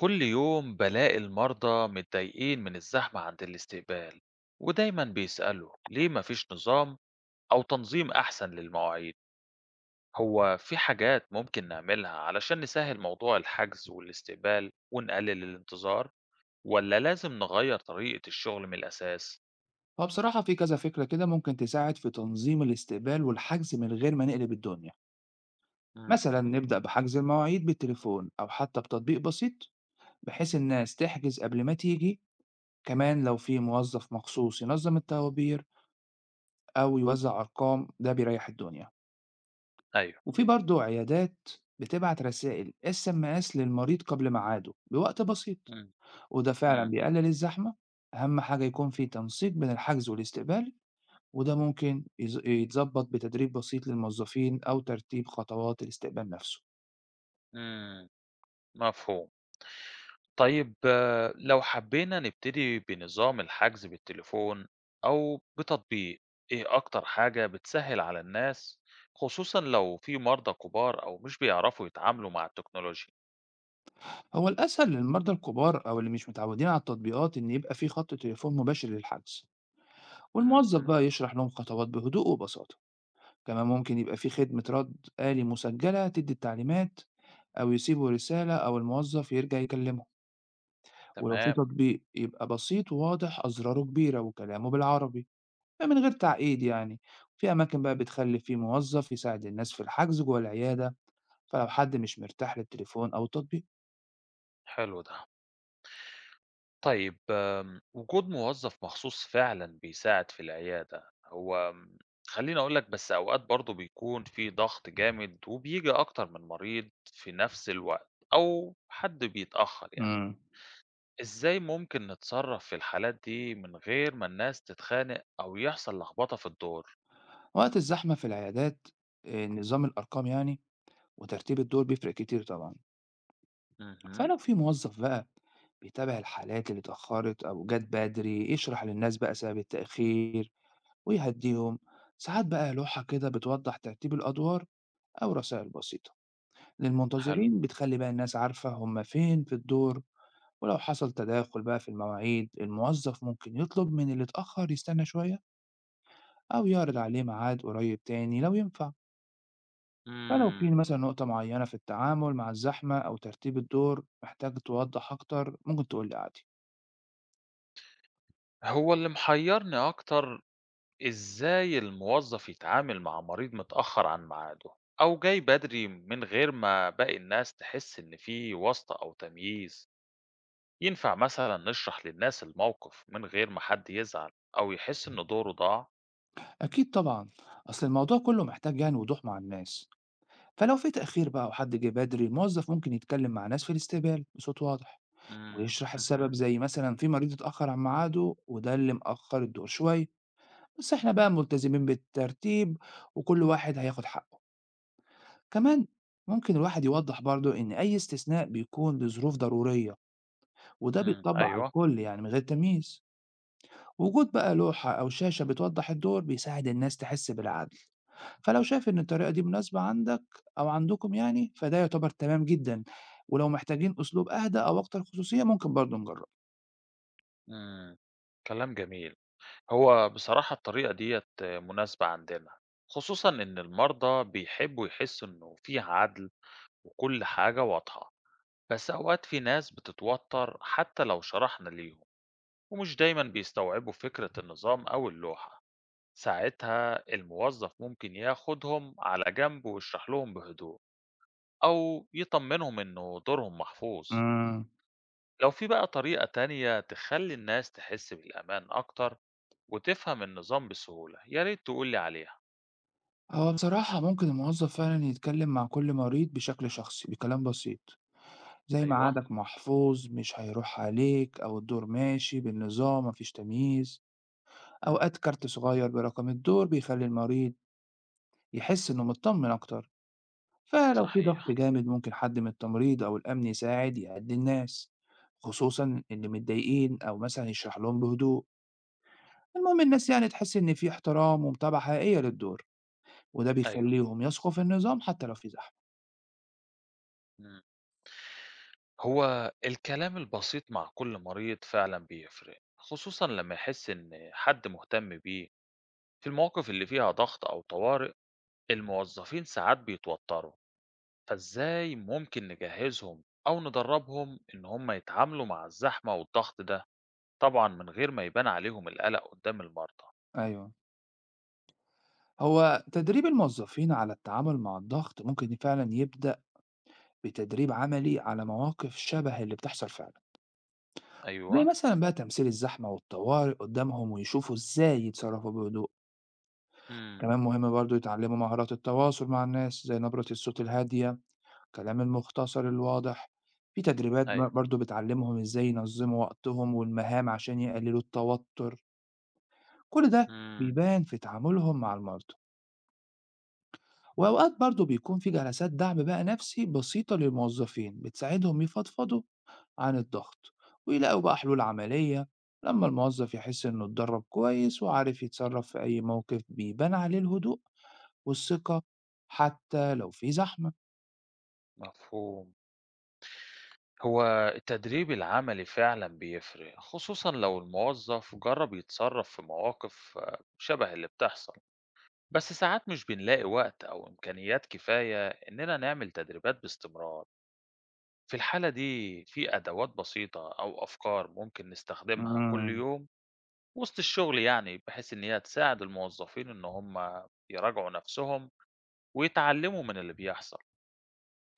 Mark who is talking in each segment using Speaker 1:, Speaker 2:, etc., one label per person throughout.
Speaker 1: كل يوم بلاقي المرضى متضايقين من الزحمة عند الاستقبال، ودايما بيسألوا ليه مفيش نظام أو تنظيم أحسن للمواعيد. هو في حاجات ممكن نعملها علشان نسهل موضوع الحجز والاستقبال ونقلل الانتظار، ولا لازم نغير طريقة الشغل من الأساس؟
Speaker 2: هو بصراحة في كذا فكرة كده ممكن تساعد في تنظيم الاستقبال والحجز من غير ما نقلب الدنيا. مثلا
Speaker 1: مهم.
Speaker 2: نبدأ بحجز المواعيد بالتليفون أو حتى بتطبيق بسيط، بحيث الناس تحجز قبل ما تيجي. كمان لو في موظف مخصوص ينظم الطوابير أو يوزع أرقام ده بيريح الدنيا.
Speaker 1: أيوه.
Speaker 2: وفي برضه عيادات بتبعت رسائل SMS للمريض قبل ميعاده بوقت بسيط،
Speaker 1: مم.
Speaker 2: وده فعلا
Speaker 1: مم.
Speaker 2: بيقلل الزحمة. أهم حاجة يكون في تنسيق بين الحجز والاستقبال، وده ممكن يتظبط بتدريب بسيط للموظفين أو ترتيب خطوات الاستقبال نفسه.
Speaker 1: مم. مفهوم. طيب لو حبينا نبتدي بنظام الحجز بالتليفون أو بتطبيق، إيه أكتر حاجة بتسهّل على الناس، خصوصًا لو في مرضى كبار أو مش بيعرفوا يتعاملوا مع التكنولوجيا؟
Speaker 2: هو الأسهل للمرضى الكبار أو اللي مش متعودين على التطبيقات إن يبقى في خط تليفون مباشر للحجز، والموظف
Speaker 1: اهم.
Speaker 2: بقى يشرح لهم خطوات بهدوء وبساطة. كمان ممكن يبقى في خدمة رد آلي مسجلة تدي التعليمات، أو يسيبوا رسالة أو الموظف يرجع يكلمه. ولو في
Speaker 1: تمام.
Speaker 2: تطبيق يبقى بسيط وواضح، أزراره كبيرة وكلامه بالعربي من غير تعقيد يعني. في أماكن بقى بتخلي فيه موظف يساعد الناس في الحجز جوه العيادة، فلو حد مش مرتاح للتليفون أو التطبيق.
Speaker 1: حلو ده. طيب وجود موظف مخصوص فعلًا بيساعد في العيادة. هو خلّيني أقول لك، بس أوقات برضه بيكون في ضغط جامد وبييجي أكتر من مريض في نفس الوقت أو حد بيتأخّر يعني.
Speaker 2: امم.
Speaker 1: إزاي ممكن نتصرف في الحالات دي من غير ما الناس تتخانق أو يحصل لخبطة في الدور؟
Speaker 2: وقت الزحمة في العيادات، نظام الأرقام يعني وترتيب الدور بيفرق كتير طبعا.
Speaker 1: اهم.
Speaker 2: فلو في موظف بقى بيتابع الحالات اللي اتأخرت أو جت بدري يشرح للناس بقى سبب التأخير ويهديهم. ساعات بقى لوحة كده بتوضح ترتيب الأدوار أو رسائل بسيطة
Speaker 1: حلو.
Speaker 2: للمنتظرين بتخلي بقى الناس عارفة هما فين في الدور. ولو حصل تداخل بقى في المواعيد الموظف ممكن يطلب من اللي اتأخر يستنى شوية، أو يعرض عليه ميعاد قريب تاني لو ينفع. فلو في
Speaker 1: امم.
Speaker 2: مثلا نقطة معينة في التعامل مع الزحمة أو ترتيب الدور محتاج توضح أكتر ممكن تقول لي عادي.
Speaker 1: هو اللي محيرني أكتر، إزاي الموظف يتعامل مع مريض متأخر عن ميعاده أو جاي بدري من غير ما باقي الناس تحس إن في واسطة أو تمييز. ينفع مثلا نشرح للناس الموقف من غير ما حد يزعل أو يحس إن دوره ضاع؟
Speaker 2: أكيد طبعا. أصل الموضوع كله محتاج يعني وضوح مع الناس. فلو في تأخير بقى وحد جه بدري الموظف ممكن يتكلم مع ناس في الاستقبال بصوت واضح،
Speaker 1: امم.
Speaker 2: ويشرح السبب
Speaker 1: اهم.
Speaker 2: زي مثلا في مريض اتأخر عن ميعاده وده اللي مأخر الدور شوية، بس احنا بقى ملتزمين بالترتيب وكل واحد هياخد حقه. كمان ممكن الواحد يوضح برضه إن أي استثناء بيكون لظروف ضرورية، وده
Speaker 1: امم،
Speaker 2: بيتطبق على
Speaker 1: أيوه.
Speaker 2: الكل يعني من غير تمييز. وجود بقى لوحة أو شاشة بتوضح الدور بيساعد الناس تحس بالعدل. فلو شايف إن الطريقة دي مناسبة عندك أو عندكم يعني فده يعتبر تمام جدا. ولو محتاجين أسلوب أهدى أو أكتر خصوصية ممكن برضه نجرب.
Speaker 1: امم. كلام جميل. هو بصراحة الطريقة ديّة مناسبة عندنا، خصوصًا إن المرضى بيحبّوا يحسّوا إنه في عدل وكل حاجة واضحة، بس أوقات في ناس بتتوتر حتى لو شرحنا ليهم، ومش دايمًا بيستوعبوا فكرة النظام أو اللوحة، ساعتها الموظف ممكن ياخدهم على جنب ويشرح لهم بهدوء أو يطمنهم إنه دورهم محفوظ.
Speaker 2: امم.
Speaker 1: لو في بقى طريقة تانية تخلّي الناس تحس بالأمان أكتر وتفهم النظام بسهولة، يا ريت تقول لي عليها.
Speaker 2: هو بصراحة ممكن الموظف فعلا يتكلم مع كل مريض بشكل شخصي بكلام بسيط، زي
Speaker 1: أيوه.
Speaker 2: ميعادك محفوظ مش هيروح عليك، أو الدور ماشي بالنظام مفيش تمييز.
Speaker 1: إمم.
Speaker 2: أوقات كارت صغير برقم الدور بيخلي المريض يحس إنه مطمن أكتر. فلو في ضغط
Speaker 1: صحيح.
Speaker 2: جامد ممكن حد من التمريض أو الأمن يساعد يعدي الناس، خصوصا اللي متضايقين، أو مثلا يشرح لهم بهدوء. المهم الناس يعني تحس إن في احترام ومتابعة حقيقية للدور، وده
Speaker 1: أيوه.
Speaker 2: بيخليهم يثقوا في النظام حتى لو في زحمة.
Speaker 1: إمم. هو الكلام البسيط مع كل مريض فعلًا بيفرق، خصوصًا لمّا يحس إن حد مهتم بيه. في المواقف اللي فيها ضغط أو طوارئ، الموظفين ساعات بيتوتروا، فإزاي ممكن نجهّزهم أو ندرّبهم إن هم يتعاملوا مع الزحمة والضغط ده، طبعًا من غير ما يبان عليهم القلق قدّام المرضى؟
Speaker 2: أيوه. هو تدريب الموظفين على التعامل مع الضغط ممكن فعلا يبدأ بتدريب عملي على مواقف شبه اللي بتحصل فعلا، زي
Speaker 1: أيوه.
Speaker 2: مثلا بقى تمثيل الزحمة والطوارئ قدامهم ويشوفوا ازاي يتصرفوا بهدوء.
Speaker 1: إمم.
Speaker 2: كمان مهم برضو يتعلموا مهارات التواصل مع الناس زي نبرة الصوت الهادية، الكلام المختصر الواضح. في تدريبات
Speaker 1: أيوه.
Speaker 2: برضو بتعلمهم ازاي ينظموا وقتهم والمهام عشان يقللوا التوتر. كل ده
Speaker 1: إمم.
Speaker 2: بيبان في تعاملهم مع المرضى. وأوقات برضه بيكون في جلسات دعم بقى نفسي بسيطة للموظفين بتساعدهم يفضفضوا عن الضغط ويلاقوا بقى حلول عملية. لما الموظف يحس إنه اتدرب كويس وعارف يتصرف في أي موقف بيبان عليه الهدوء والثقة حتى لو في زحمة.
Speaker 1: مفهوم. هو التدريب العملي فعلا بيفرق، خصوصا لو الموظف جرب يتصرف في مواقف شبه اللي بتحصل. بس ساعات مش بنلاقي وقت أو إمكانيات كفاية إننا نعمل تدريبات باستمرار. في الحالة دي، في أدوات بسيطة أو أفكار ممكن نستخدمها كل
Speaker 2: مم.
Speaker 1: يوم وسط الشغل يعني، بحيث إن هي تساعد الموظفين إن هم يراجعوا نفسهم ويتعلموا من اللي بيحصل،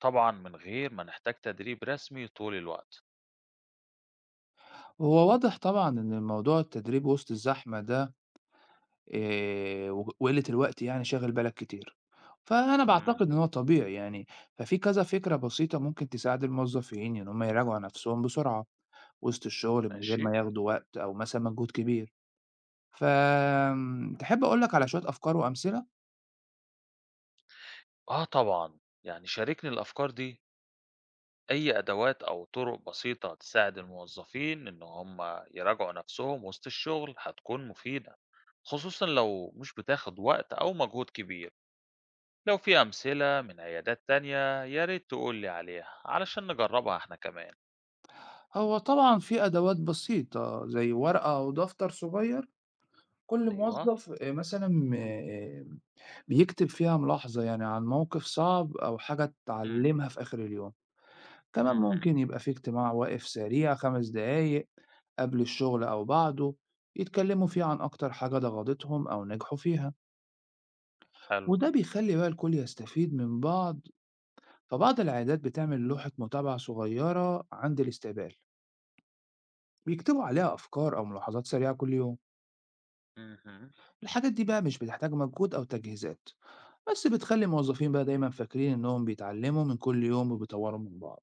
Speaker 1: طبعا من غير ما نحتاج تدريب رسمي طول الوقت.
Speaker 2: هو واضح طبعا إن الموضوع التدريب وسط الزحمة ده وج وقِلّة الوقت يعني شاغل بالك كتير. فأنا
Speaker 1: مم.
Speaker 2: باعتقد إن هو طبيعي يعني، ففي كذا فكرة بسيطة ممكن تساعد الموظفين إن هم يراجعوا نَفْسهم بسرعة وسط الشغل من غير
Speaker 1: ماشي.
Speaker 2: ما ياخدوا وقت أو مثلًا مجهود كبير. فآمم تحب أقول لك على شوية أفكار وأمثلة؟
Speaker 1: آه، طبعًا، يعني شاركني الأفكار دي، أي أدوات أو طرق بسيطة تساعد الموظفين إن هم يراجعوا نفسهم وسط الشغل هتكون مفيدة، خصوصًا لو مش بتاخد وقت أو مجهود كبير. لو في أمثلة من عيادات تانية يا ريت تقول لي عليها علشان نجربها إحنا كمان.
Speaker 2: هو طبعًا في أدوات بسيطة زي ورقة أو دفتر صغير، كل
Speaker 1: أيوه.
Speaker 2: موظف مثلًا بيكتب فيها ملاحظة يعني عن موقف صعب أو حاجة
Speaker 1: إمم.
Speaker 2: اتعلمها في آخر اليوم. كمان
Speaker 1: اهم.
Speaker 2: ممكن يبقى في اجتماع واقف سريع 5 دقايق قبل الشغل أو بعده، يتكلموا فيه عن أكتر حاجة ضغطتهم أو نجحوا فيها.
Speaker 1: حلو.
Speaker 2: وده بيخلي بقى الكل يستفيد من بعض. فبعض العيادات بتعمل لوحة متابعة صغيرة عند الاستقبال، بيكتبوا عليها أفكار أو ملاحظات سريعة كل يوم.
Speaker 1: اهم.
Speaker 2: الحاجات دي بقى مش بتحتاج مجهود أو تجهيزات، بس بتخلي الموظفين بقى دايما فاكرين إنهم بيتعلموا من كل يوم وبيطوروا من بعض.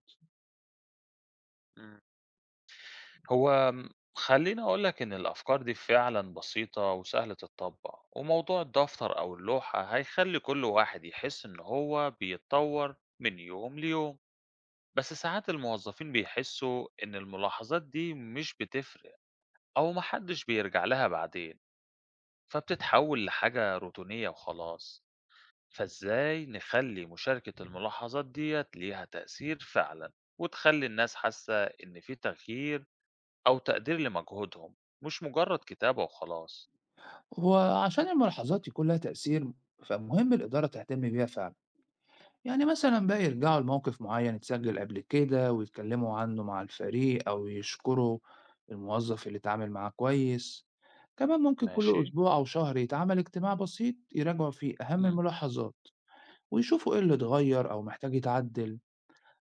Speaker 1: إمم. هو خلّيني أقول لك إن الأفكار دي فعلًا بسيطة وسهلة تتطبّق، وموضوع الدفتر أو اللوحة هيخلّي كل واحد يحس إن هو بيتطوّر من يوم ليوم، بس ساعات الموظفين بيحسّوا إن الملاحظات دي مش بتفرق أو ما حدّش بيرجع لها بعدين، فبتتحوّل لحاجة روتينية وخلاص. فإزاي نخلّي مشاركة الملاحظات ديّة ليها تأثير فعلًا، وتخلّي الناس حاسّة إن في تغيير أو تقدير لمجهودهم، مش مجرد كتابة وخلاص؟
Speaker 2: وعشان الملاحظات يكون لها تأثير فمهم الإدارة تهتم بيها فعلا، يعني مثلًا بقى يرجعوا لموقف معيّن اتسجّل قبل كده ويتكلّموا عنّه مع الفريق، أو يشكروا الموظّف اللي اتعامل معاه كويس. كمان ممكن
Speaker 1: ماشي؟
Speaker 2: كل أسبوع أو شهر يتعمل اجتماع بسيط يراجعوا فيه أهم
Speaker 1: إمم.
Speaker 2: الملاحظات، ويشوفوا إيه اللي اتغيّر أو محتاج يتعدّل.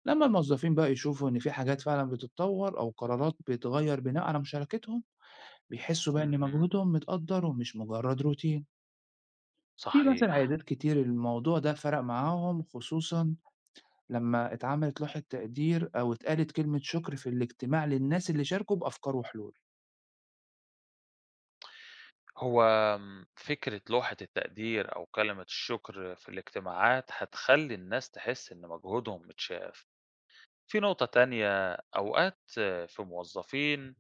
Speaker 2: لمّا الموظّفين بقى يشوفوا إن في حاجات فعلًا بتتطوّر أو قرارات بتتغيّر بناءً على مشاركتهم، بيحسّوا بقى إن
Speaker 1: اهم.
Speaker 2: مجهودهم متقدّر ومش مجرّد روتين. في مثلًا
Speaker 1: صحيح.
Speaker 2: عيادات كتير الموضوع ده فرق معاهم، خصوصًا لمّا اتعملت لوحة تقدير أو اتقالت كلمة شكر في الاجتماع للناس اللي شاركوا بأفكار وحلول.
Speaker 1: هو فكرة لوحة التقدير أو كلمة الشكر في الاجتماعات هتخلّي الناس تحس إن مجهودهم متشاف. في نقطة تانية، أوقات في موظفين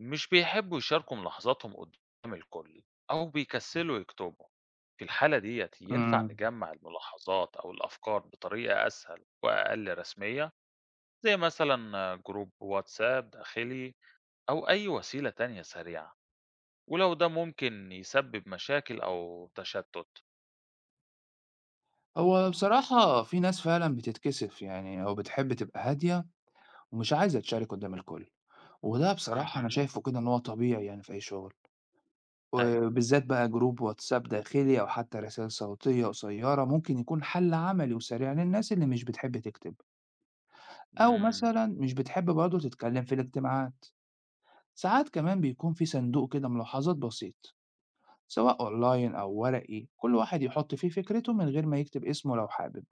Speaker 1: مش بيحبّوا يشاركوا ملاحظاتهم قدّام الكل أو بيكسّلوا يكتبوا. في الحالة ديّة ينفع
Speaker 2: إمم.
Speaker 1: نجمّع الملاحظات أو الأفكار بطريقة أسهل وأقل رسمية؟ زي مثلا جروب واتساب داخلي أو أي وسيلة تانية سريعة، ولو ده ممكن يسبب مشاكل أو تشتت.
Speaker 2: هو بصراحة في ناس فعلًا بتتكسف يعني أو بتحب تبقى هادية ومش عايزة تشارك قدّام الكل، وده بصراحة أنا
Speaker 1: مهم.
Speaker 2: شايفه كده إن هو طبيعي يعني في أي شغل.
Speaker 1: أيوه.
Speaker 2: وبالذات بقى جروب واتساب داخلي أو حتى رسائل صوتية قصيرة ممكن يكون حل عملي وسريع للناس اللي مش بتحب تكتب، أو
Speaker 1: مم.
Speaker 2: مثلًا مش بتحب برضه تتكلم في الاجتماعات. ساعات كمان بيكون في صندوق كده ملاحظات بسيط، سواء أونلاين أو ورقي، كل واحد يحط فيه فكرته من غير ما يكتب اسمه لو حابب.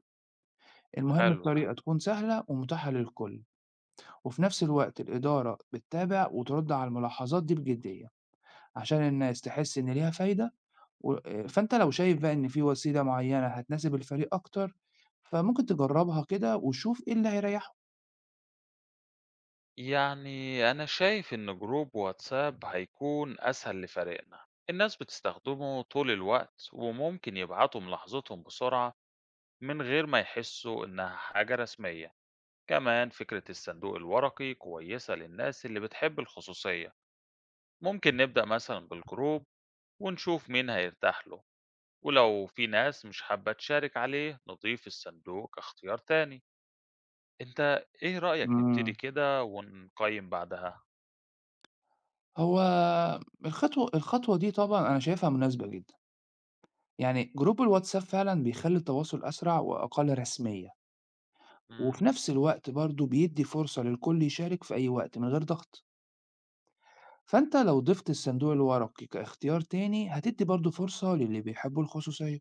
Speaker 2: المهم
Speaker 1: حلو ده.
Speaker 2: الطريقة تكون سهلة ومتاحة للكل، وفي نفس الوقت الإدارة بتتابع وترد على الملاحظات دي بجدية عشان الناس تحس إن ليها فايدة. و... آه، فأنت لو شايف بقى إن في وسيلة معينة هتناسب الفريق أكتر فممكن تجربها كده وشوف إيه اللي هيريحه.
Speaker 1: يعني أنا شايف إن جروب واتساب هيكون أسهل لفريقنا، الناس بتستخدمه طول الوقت وممكن يبعتوا ملاحظتهم بسرعة من غير ما يحسوا إنها حاجة رسمية. كمان فكرة الصندوق الورقي كويسة للناس اللي بتحب الخصوصية. ممكن نبدأ مثلا بالجروب ونشوف مين هيرتاح له، ولو في ناس مش حابة تشارك عليه نضيف الصندوق كاختيار تاني. انت ايه رأيك نبتدي
Speaker 2: مم.
Speaker 1: كده ونقيم بعدها؟
Speaker 2: هو الخطوة دي طبعا أنا شايفها مناسبة جدا، يعني جروب الواتساب فعلا بيخلي التواصل أسرع وأقل رسمية، وفي
Speaker 1: مم.
Speaker 2: نفس الوقت برضه بيدّي فرصة للكل يشارك في أي وقت من غير ضغط. فأنت لو ضِفت الصندوق الورقي كاختيار تاني هتدّي برضه فرصة للي بيحبّوا الخصوصية،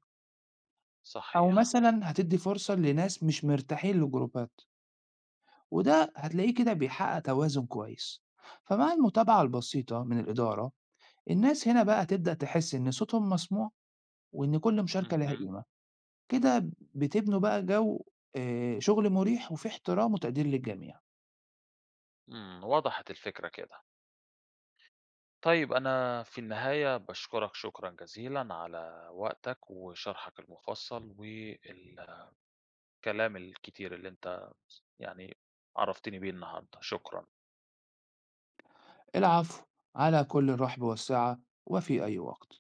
Speaker 2: أو
Speaker 1: صحيح.
Speaker 2: مثلًا هتدّي فرصة لناس مش مرتاحين للجروبات، وده هتلاقيه كده بيحقق توازن كويس. فمع المتابعة البسيطة من الإدارة الناس هنا بقى هتبدأ تحس إن صوتهم مسموع، وإن كل مشاركة ليها
Speaker 1: مهم.
Speaker 2: قيمة. كده بتبنوا بقى جو شغل مُريح وفيه احترام وتقدير للجميع.
Speaker 1: مم. وضحت الفكرة كده. طيب أنا في النهاية بشكرك شكرا جزيلا على وقتك وشرحك المفصل والكلام الكتير اللي انت يعني عرفتني بيه النهاردة. شكرا.
Speaker 2: العفو. على كل الرحب والسعة، وفي أي وقت.